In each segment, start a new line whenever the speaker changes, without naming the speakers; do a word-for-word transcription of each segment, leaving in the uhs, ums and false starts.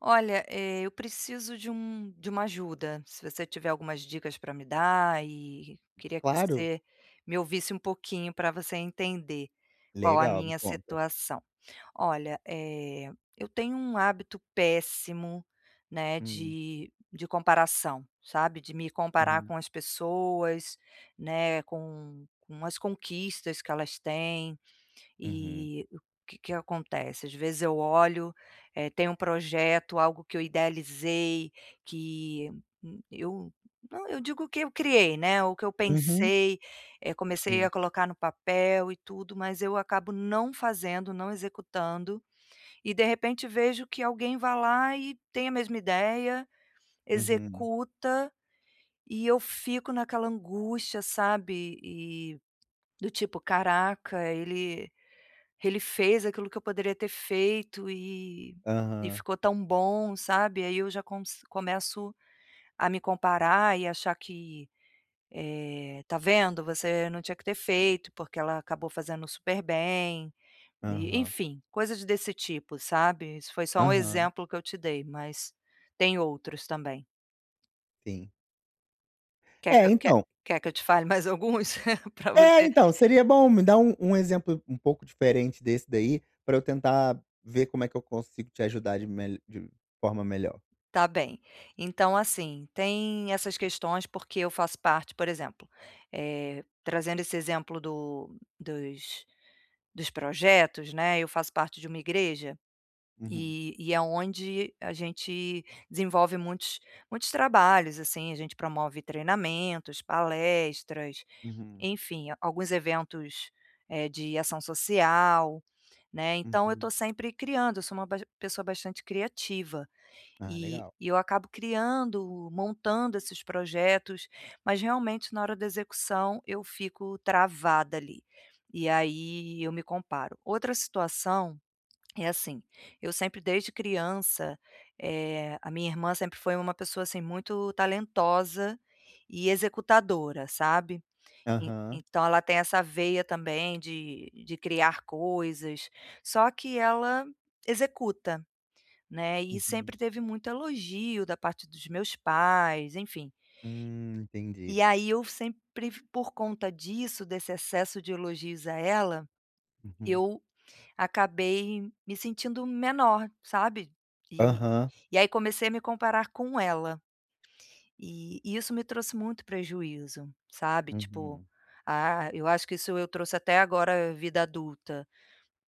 Olha, eh, eu preciso de um de uma ajuda. Se você tiver algumas dicas para me dar e queria que
Claro.
você me ouvisse um pouquinho para você entender qual a
Legal, me
minha
conta.
situação. Olha, eh, eu tenho um hábito péssimo, né,
Hum.
de de comparação, sabe? De me comparar
Uhum.
com as pessoas, né, com com as conquistas que elas têm,
Uhum.
e o que que acontece? Às vezes eu olho, eh, tem um projeto, algo que eu idealizei, que, hum, eu não, eu digo que eu criei, né, o que eu
Uhum.
pensei, eh, comecei
Sim.
a colocar no papel e tudo, mas eu acabo não fazendo, não executando, e de repente vejo que alguém vai lá e tem a mesma ideia,
Uhum.
executa, e eu fico naquela angústia, sabe, e do tipo: "Caraca, ele ele fez aquilo que eu poderia ter feito e e
Aham.
ficou tão bom, sabe. Aí eu já cons começo a me comparar e achar que, eh, "Tá vendo, você não tinha que ter feito, porque ela acabou fazendo super bem", e
Aham.
enfim, coisas desse tipo, sabe. Isso foi só um
Aham.
exemplo que eu te dei, mas tem outros também.
Sim.
Quer que
É,
eu quer
então
Quer que eu te fale mais alguns para
É,
você.
então, seria bom me dar um um exemplo um pouco diferente desse daí, pra eu tentar ver como é que eu consigo te ajudar de mel de forma melhor.
Tá bem. Então, assim, tem essas questões, porque eu faço parte, por exemplo, eh, trazendo esse exemplo do dos dos projetos, né, eu faço parte de uma igreja
Uhum,
e e é onde a gente desenvolve muitos muitos trabalhos, assim, a gente promove treinamentos, palestras,
uhum,
enfim, a- alguns eventos, eh, de ação social, né, então eu estou
uhum.
sempre criando, eu sou uma bas pessoa bastante criativa.
Ah,
E
legal.
e eu acabo criando, montando esses projetos, mas realmente na hora da execução eu fico travada ali, e aí eu me comparo. Outra situação é assim, eu sempre desde criança, eh, a minha irmã sempre foi uma pessoa, assim, muito talentosa e executadora, sabe. En
Aham.
Então ela tem essa veia também de de criar coisas, só que ela executa, né, e
Uhum.
sempre teve muito elogio da parte dos meus pais, enfim.
Hum, entendi.
E aí eu sempre por conta disso, desse excesso de elogios a ela,
Uhum.
eu acabei me sentindo menor, sabe. E
Aham.
e aí comecei a me comparar com ela, e e isso me trouxe muito prejuízo, sabe, tipo,
Uhum.
ah, eu acho que isso eu trouxe até agora vida adulta,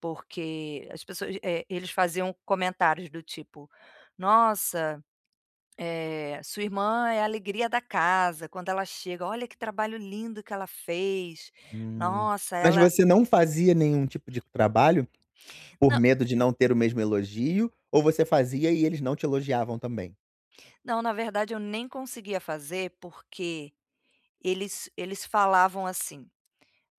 porque as pessoas, eh, eles faziam comentários do tipo: "Nossa". É, sua irmã é a alegria da casa, quando ela chega: "Olha que trabalho lindo que ela fez.
Hum.
Nossa,
Mas
ela".
você não fazia nenhum tipo de trabalho por
Nã
medo de não ter o mesmo elogio, ou você fazia e eles não te elogiavam também?
Não, na verdade eu nem conseguia fazer, porque eles eles falavam assim: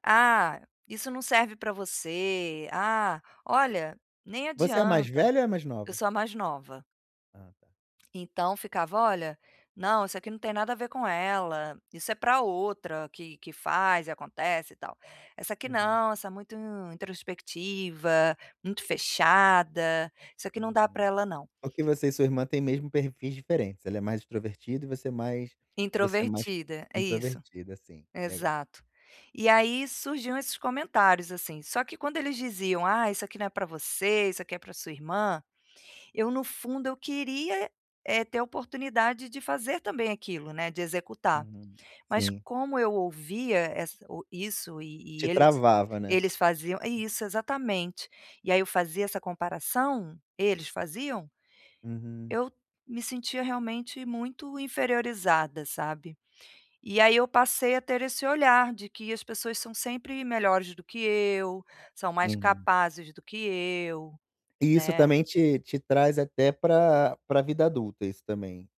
"Ah, isso não serve para você. Ah, olha, nem
Você é a mais
adianta".
velha ou é a mais
Eu
nova?
sou a mais nova.
Ah, tá.
Então ficava: "Olha, não, isso aqui não tem nada a ver com ela, isso é pra outra que que faz e acontece e tal. Essa aqui
Uhum,
não, essa é muito introspectiva, muito fechada, isso aqui não dá
uhum.
pra ela não".
Porque você e sua irmã têm mesmo perfis diferentes, ela é mais extrovertida e você é mais você é mais
Introvertida, é isso,
introvertida, assim, legal.
exato. E aí surgiam esses comentários, assim, só que quando eles diziam: "Ah, isso aqui não é pra você, isso aqui é pra sua irmã", eu no fundo eu queria, eh, ter a oportunidade de fazer também aquilo, né, de executar.
Uhum.
Mas
Sim.
como eu ouvia essa o isso e e
Te
eles
travava, né.
eles faziam é isso, exatamente. E aí eu fazia essa comparação, eles faziam,
Uhum.
eu me sentia realmente muito inferiorizada, sabe. E aí eu passei a ter esse olhar de que as pessoas são sempre melhores do que eu, são mais
Uhum.
capazes do que eu,
E isso
né.
também te te traz até para a vida adulta, isso também.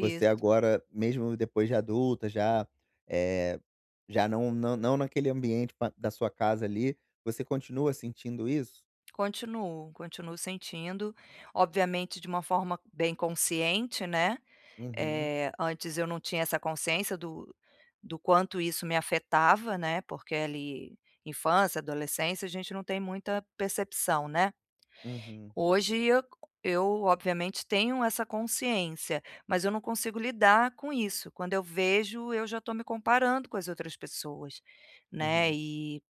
Você agora, mesmo depois de adulta, já, eh, já não não não naquele ambiente pa da sua casa ali, você continua sentindo isso?
Continuo, continuo sentindo, obviamente de uma forma bem consciente, né.
Uhum,
Eh, antes eu não tinha essa consciência do do quanto isso me afetava, né, porque ali infância, adolescência, a gente não tem muita percepção, né.
uhum,
Hoje eu eu obviamente tenho essa consciência, mas eu não consigo lidar com isso. Quando eu vejo, eu já estou me comparando com as outras pessoas, né,
uhum,
e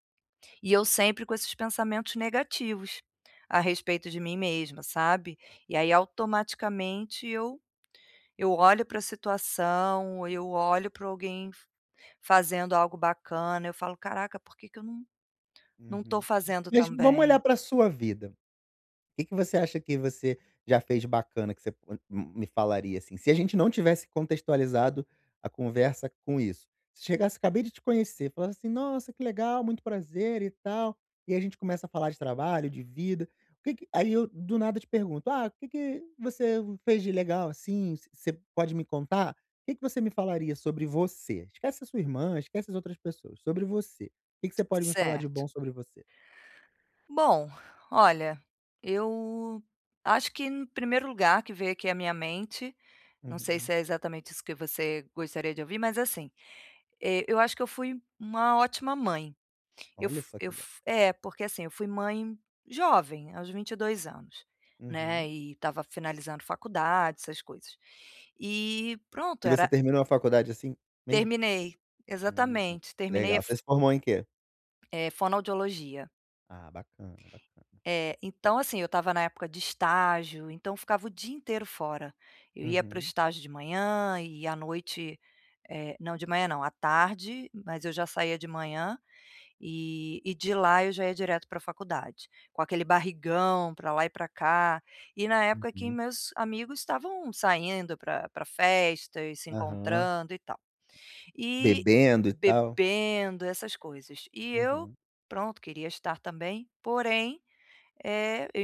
e eu sempre com esses pensamentos negativos a respeito de mim mesma, sabe. E aí automaticamente eu eu olho para a situação, eu olho para alguém f fazendo algo bacana, eu falo: "Caraca, por que que eu não não estou
uhum.
fazendo
Mas vamos olhar
também?".
pra sua vida. Que que você acha que você já fez bacana que você po hum, me falaria, assim? Se a gente não tivesse contextualizado a conversa com isso. Se chegasse: "Acabei de te conhecer", falasse assim: "Nossa, que legal, muito prazer e tal", e a gente começa a falar de trabalho, de vida. O que que aí eu do nada te pergunto: "Ah, o que que você fez de legal, assim? Você você pode me contar?" O que que você me falaria sobre você? Esquece a sua irmã, esquece as outras pessoas, sobre você. O que que você pode me falar de
Certo.
bom sobre você?
Bom, olha, eu acho que no primeiro lugar que veio aqui à minha mente, não
Uhum.
sei se
Uhum.
é exatamente isso que você gostaria de ouvir, mas assim, eh, eu acho que eu fui uma ótima mãe. Eu
Olha
fu
só
eu
que louco.
fu É, porque assim, eu fui mãe jovem, aos vinte e dois anos, né,
Uhum.
e estava finalizando faculdade, essas coisas. E pronto,
E você
era.
terminou a faculdade assim mesmo?
Terminei,
Hum, hum,
exatamente, terminei a
legal.
f
Você se formou em quê?
eh, fonoaudiologia.
Ah, bacana, bacana.
É, então assim, eu estava na época de estágio, então eu ficava o dia inteiro fora. Eu ia para o
Uhum,
estágio de manhã e à noite eh, não, de manhã não, à tarde, mas eu já saía de manhã, e e de lá eu já ia direto para a faculdade, com aquele barrigão para lá e para cá. E na época que
uhum,
meus amigos estavam saindo para festas, se
aham.
encontrando e tal. E
Bebendo e tal.
bebendo, essas coisas. E eu,
Uhum.
pronto, queria estar também, porém é, eu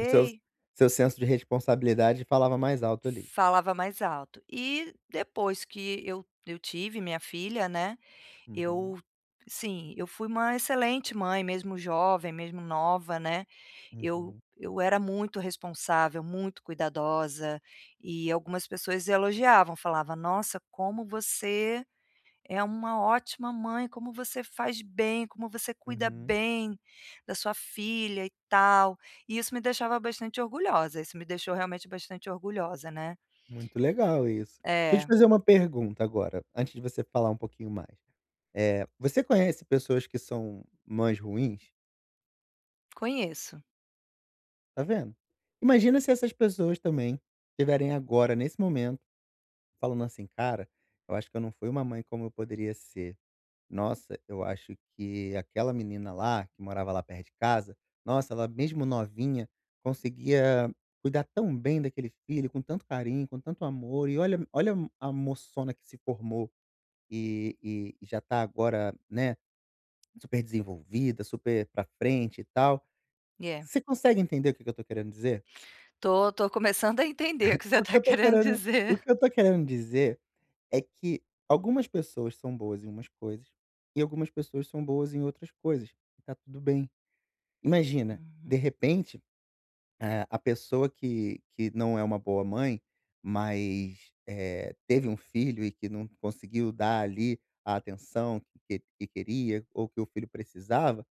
O seu seu senso de responsabilidade falava mais alto ali.
falava mais alto. E depois que eu eu tive minha filha, né,
Uhum,
eu sim, eu fui uma excelente mãe, mesmo jovem, mesmo nova, né, eu
uhum,
eu era muito responsável, muito cuidadosa, e algumas pessoas elogiavam, falava: "Nossa, como você é uma ótima mãe, como você faz bem, como você cuida
uhum.
bem da sua filha e tal". E isso me deixava bastante orgulhosa, isso me deixou realmente bastante orgulhosa, né.
Muito legal isso. Deixa eu te
É,
fazer uma pergunta agora, antes de você falar um pouquinho mais. Eh, você conhece pessoas que são mães ruins?
conheço.
Tá vendo? Imagina se essas pessoas também estiverem agora, nesse momento falando assim: "Cara, eu acho que eu não fui uma mãe como eu poderia ser. Nossa, eu acho que aquela menina lá, que morava lá perto de casa, nossa, ela mesmo novinha, conseguia cuidar tão bem daquele filho, com tanto carinho, com tanto amor, e olha olha a moçona que se formou e e e já tá agora, né, super desenvolvida, super pra frente e tal".
E é,
Você consegue entender o que que eu tô querendo dizer?
tô tô começando a entender o que você
O que
tá
eu tô
querendo
querendo o
dizer.
que eu tô querendo dizer é que algumas pessoas são boas em umas coisas e algumas pessoas são boas em outras coisas, e tá tudo bem. Imagina, de
Uhum,
repente, eh, a pessoa que que não é uma boa mãe, mas, eh, teve um filho e que não conseguiu dar ali a atenção que que que queria ou que o filho precisava,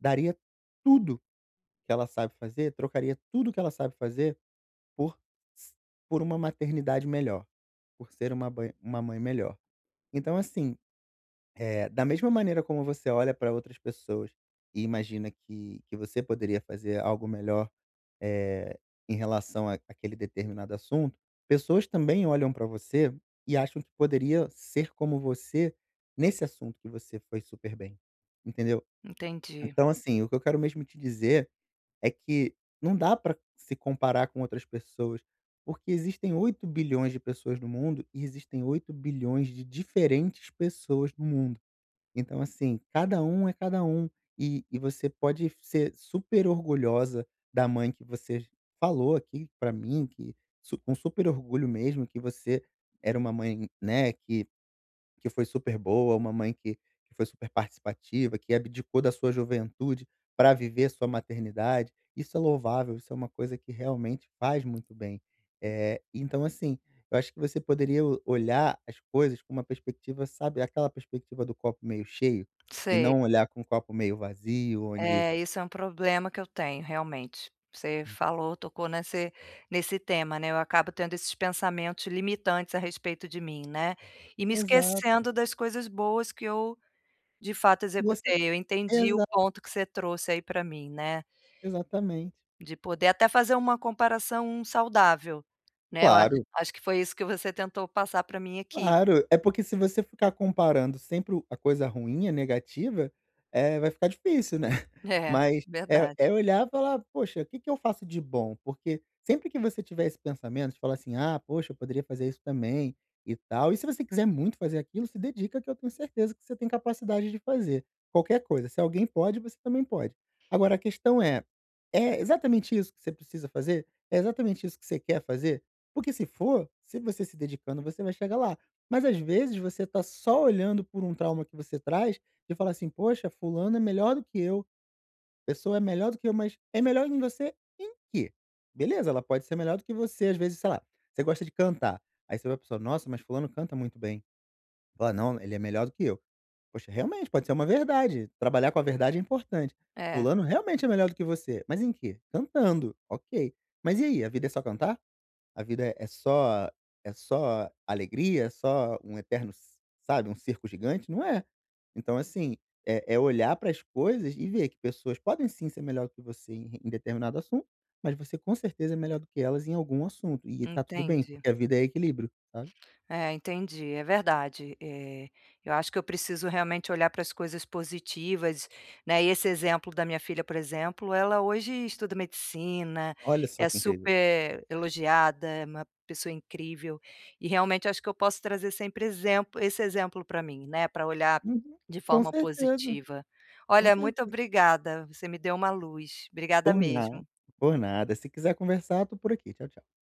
daria tudo que ela sabe fazer, trocaria tudo que ela sabe fazer por s por uma maternidade melhor, por ser uma ban uma mãe melhor. Então assim, é, da mesma maneira como você olha para outras pessoas e imagina que, que você poderia fazer algo melhor eh, em relação a aquele determinado assunto, pessoas também olham para você e acham que poderia ser como você nesse assunto que você foi super bem, entendeu?
entendi.
Então, assim, o que eu quero mesmo te dizer é que não dá para se comparar com outras pessoas, porque existem oito bilhões de pessoas no mundo e existem oito bilhões de diferentes pessoas no mundo. Então, assim, cada um é cada um. E, e você pode ser super orgulhosa da mãe que você falou aqui pra mim, que su- com super orgulho mesmo, que você era uma mãe, né, que que foi super boa, uma mãe que que foi super participativa, que abdicou da sua juventude para viver sua maternidade. Isso é louvável, isso é uma coisa que realmente faz muito bem. Eh, então assim, eu acho que você poderia o olhar as coisas com uma perspectiva, sabe, aquela perspectiva do copo meio cheio, e
Sei.
não olhar com o copo meio vazio, onde
É, isso é um problema que eu tenho, realmente. Você falou, tocou nesse nesse tema, né, eu acabo tendo esses pensamentos limitantes a respeito de mim, né, e me
exato,
esquecendo das coisas boas que eu, de fato,
você
executei. Eu entendi o
exato,
ponto que você trouxe aí para mim, né,
exatamente.
de poder até fazer uma comparação saudável, né, eu acho
Claro.
acho que foi isso que você tentou passar para mim aqui.
Claro, é porque se você ficar comparando sempre o a coisa ruim, a negativa, é vai ficar difícil, né.
É,
Mas é
verdade.
é olhar e falar: "Poxa, o que que eu faço de bom?" Porque sempre que você tiver esse pensamento de falar assim: "Ah, poxa, eu poderia fazer isso também e tal", e se você quiser muito fazer aquilo, se dedica que eu tenho certeza que você tem capacidade de fazer, qualquer coisa. Se alguém pode, você também pode. Agora a questão é: é exatamente isso que você precisa fazer? É exatamente isso que você quer fazer? Porque se for, se você se dedicando, você vai chegar lá. Mas às vezes você está só olhando por um trauma que você traz e falar assim: "Poxa, fulano é melhor do que eu, pessoa é melhor do que eu", mas é melhor em você em quê? Beleza, ela pode ser melhor do que você, às vezes, sei lá, você gosta de cantar, aí você vê a pessoa: "Nossa, mas fulano canta muito bem". Fala: "Não, ele é melhor do que eu". Poxa, realmente pode ser uma verdade, trabalhar com a verdade é importante.
É,
Fulano realmente é melhor do que você, mas em quê? Cantando, ok. Mas e aí, a vida é só cantar? A vida é é só é só alegria, é só um eterno s sabe, um circo gigante? Não é. Então, assim, é é olhar para as coisas e ver que pessoas podem sim ser melhor do que você em em determinado assunto, mas você com certeza é melhor do que elas em algum assunto, e tá tudo bem,
entendi.
porque a vida é equilíbrio, sabe.
É, entendi, é verdade. Eh, eu acho que eu preciso realmente olhar para as coisas positivas, né, e esse exemplo da minha filha, por exemplo, ela hoje estuda medicina,
Olha só
é
que incrível.
super elogiada, é uma pessoa incrível, e realmente acho que eu posso trazer sempre exemplo esse exemplo para mim, né, para olhar
Uhum.
de
Com
forma
certeza,
positiva.
com
Olha, muito
certeza.
obrigada, você me deu uma luz. Obrigada
Por nada,
mesmo.
por nada. Se quiser conversar, tô por aqui. Tchau, tchau.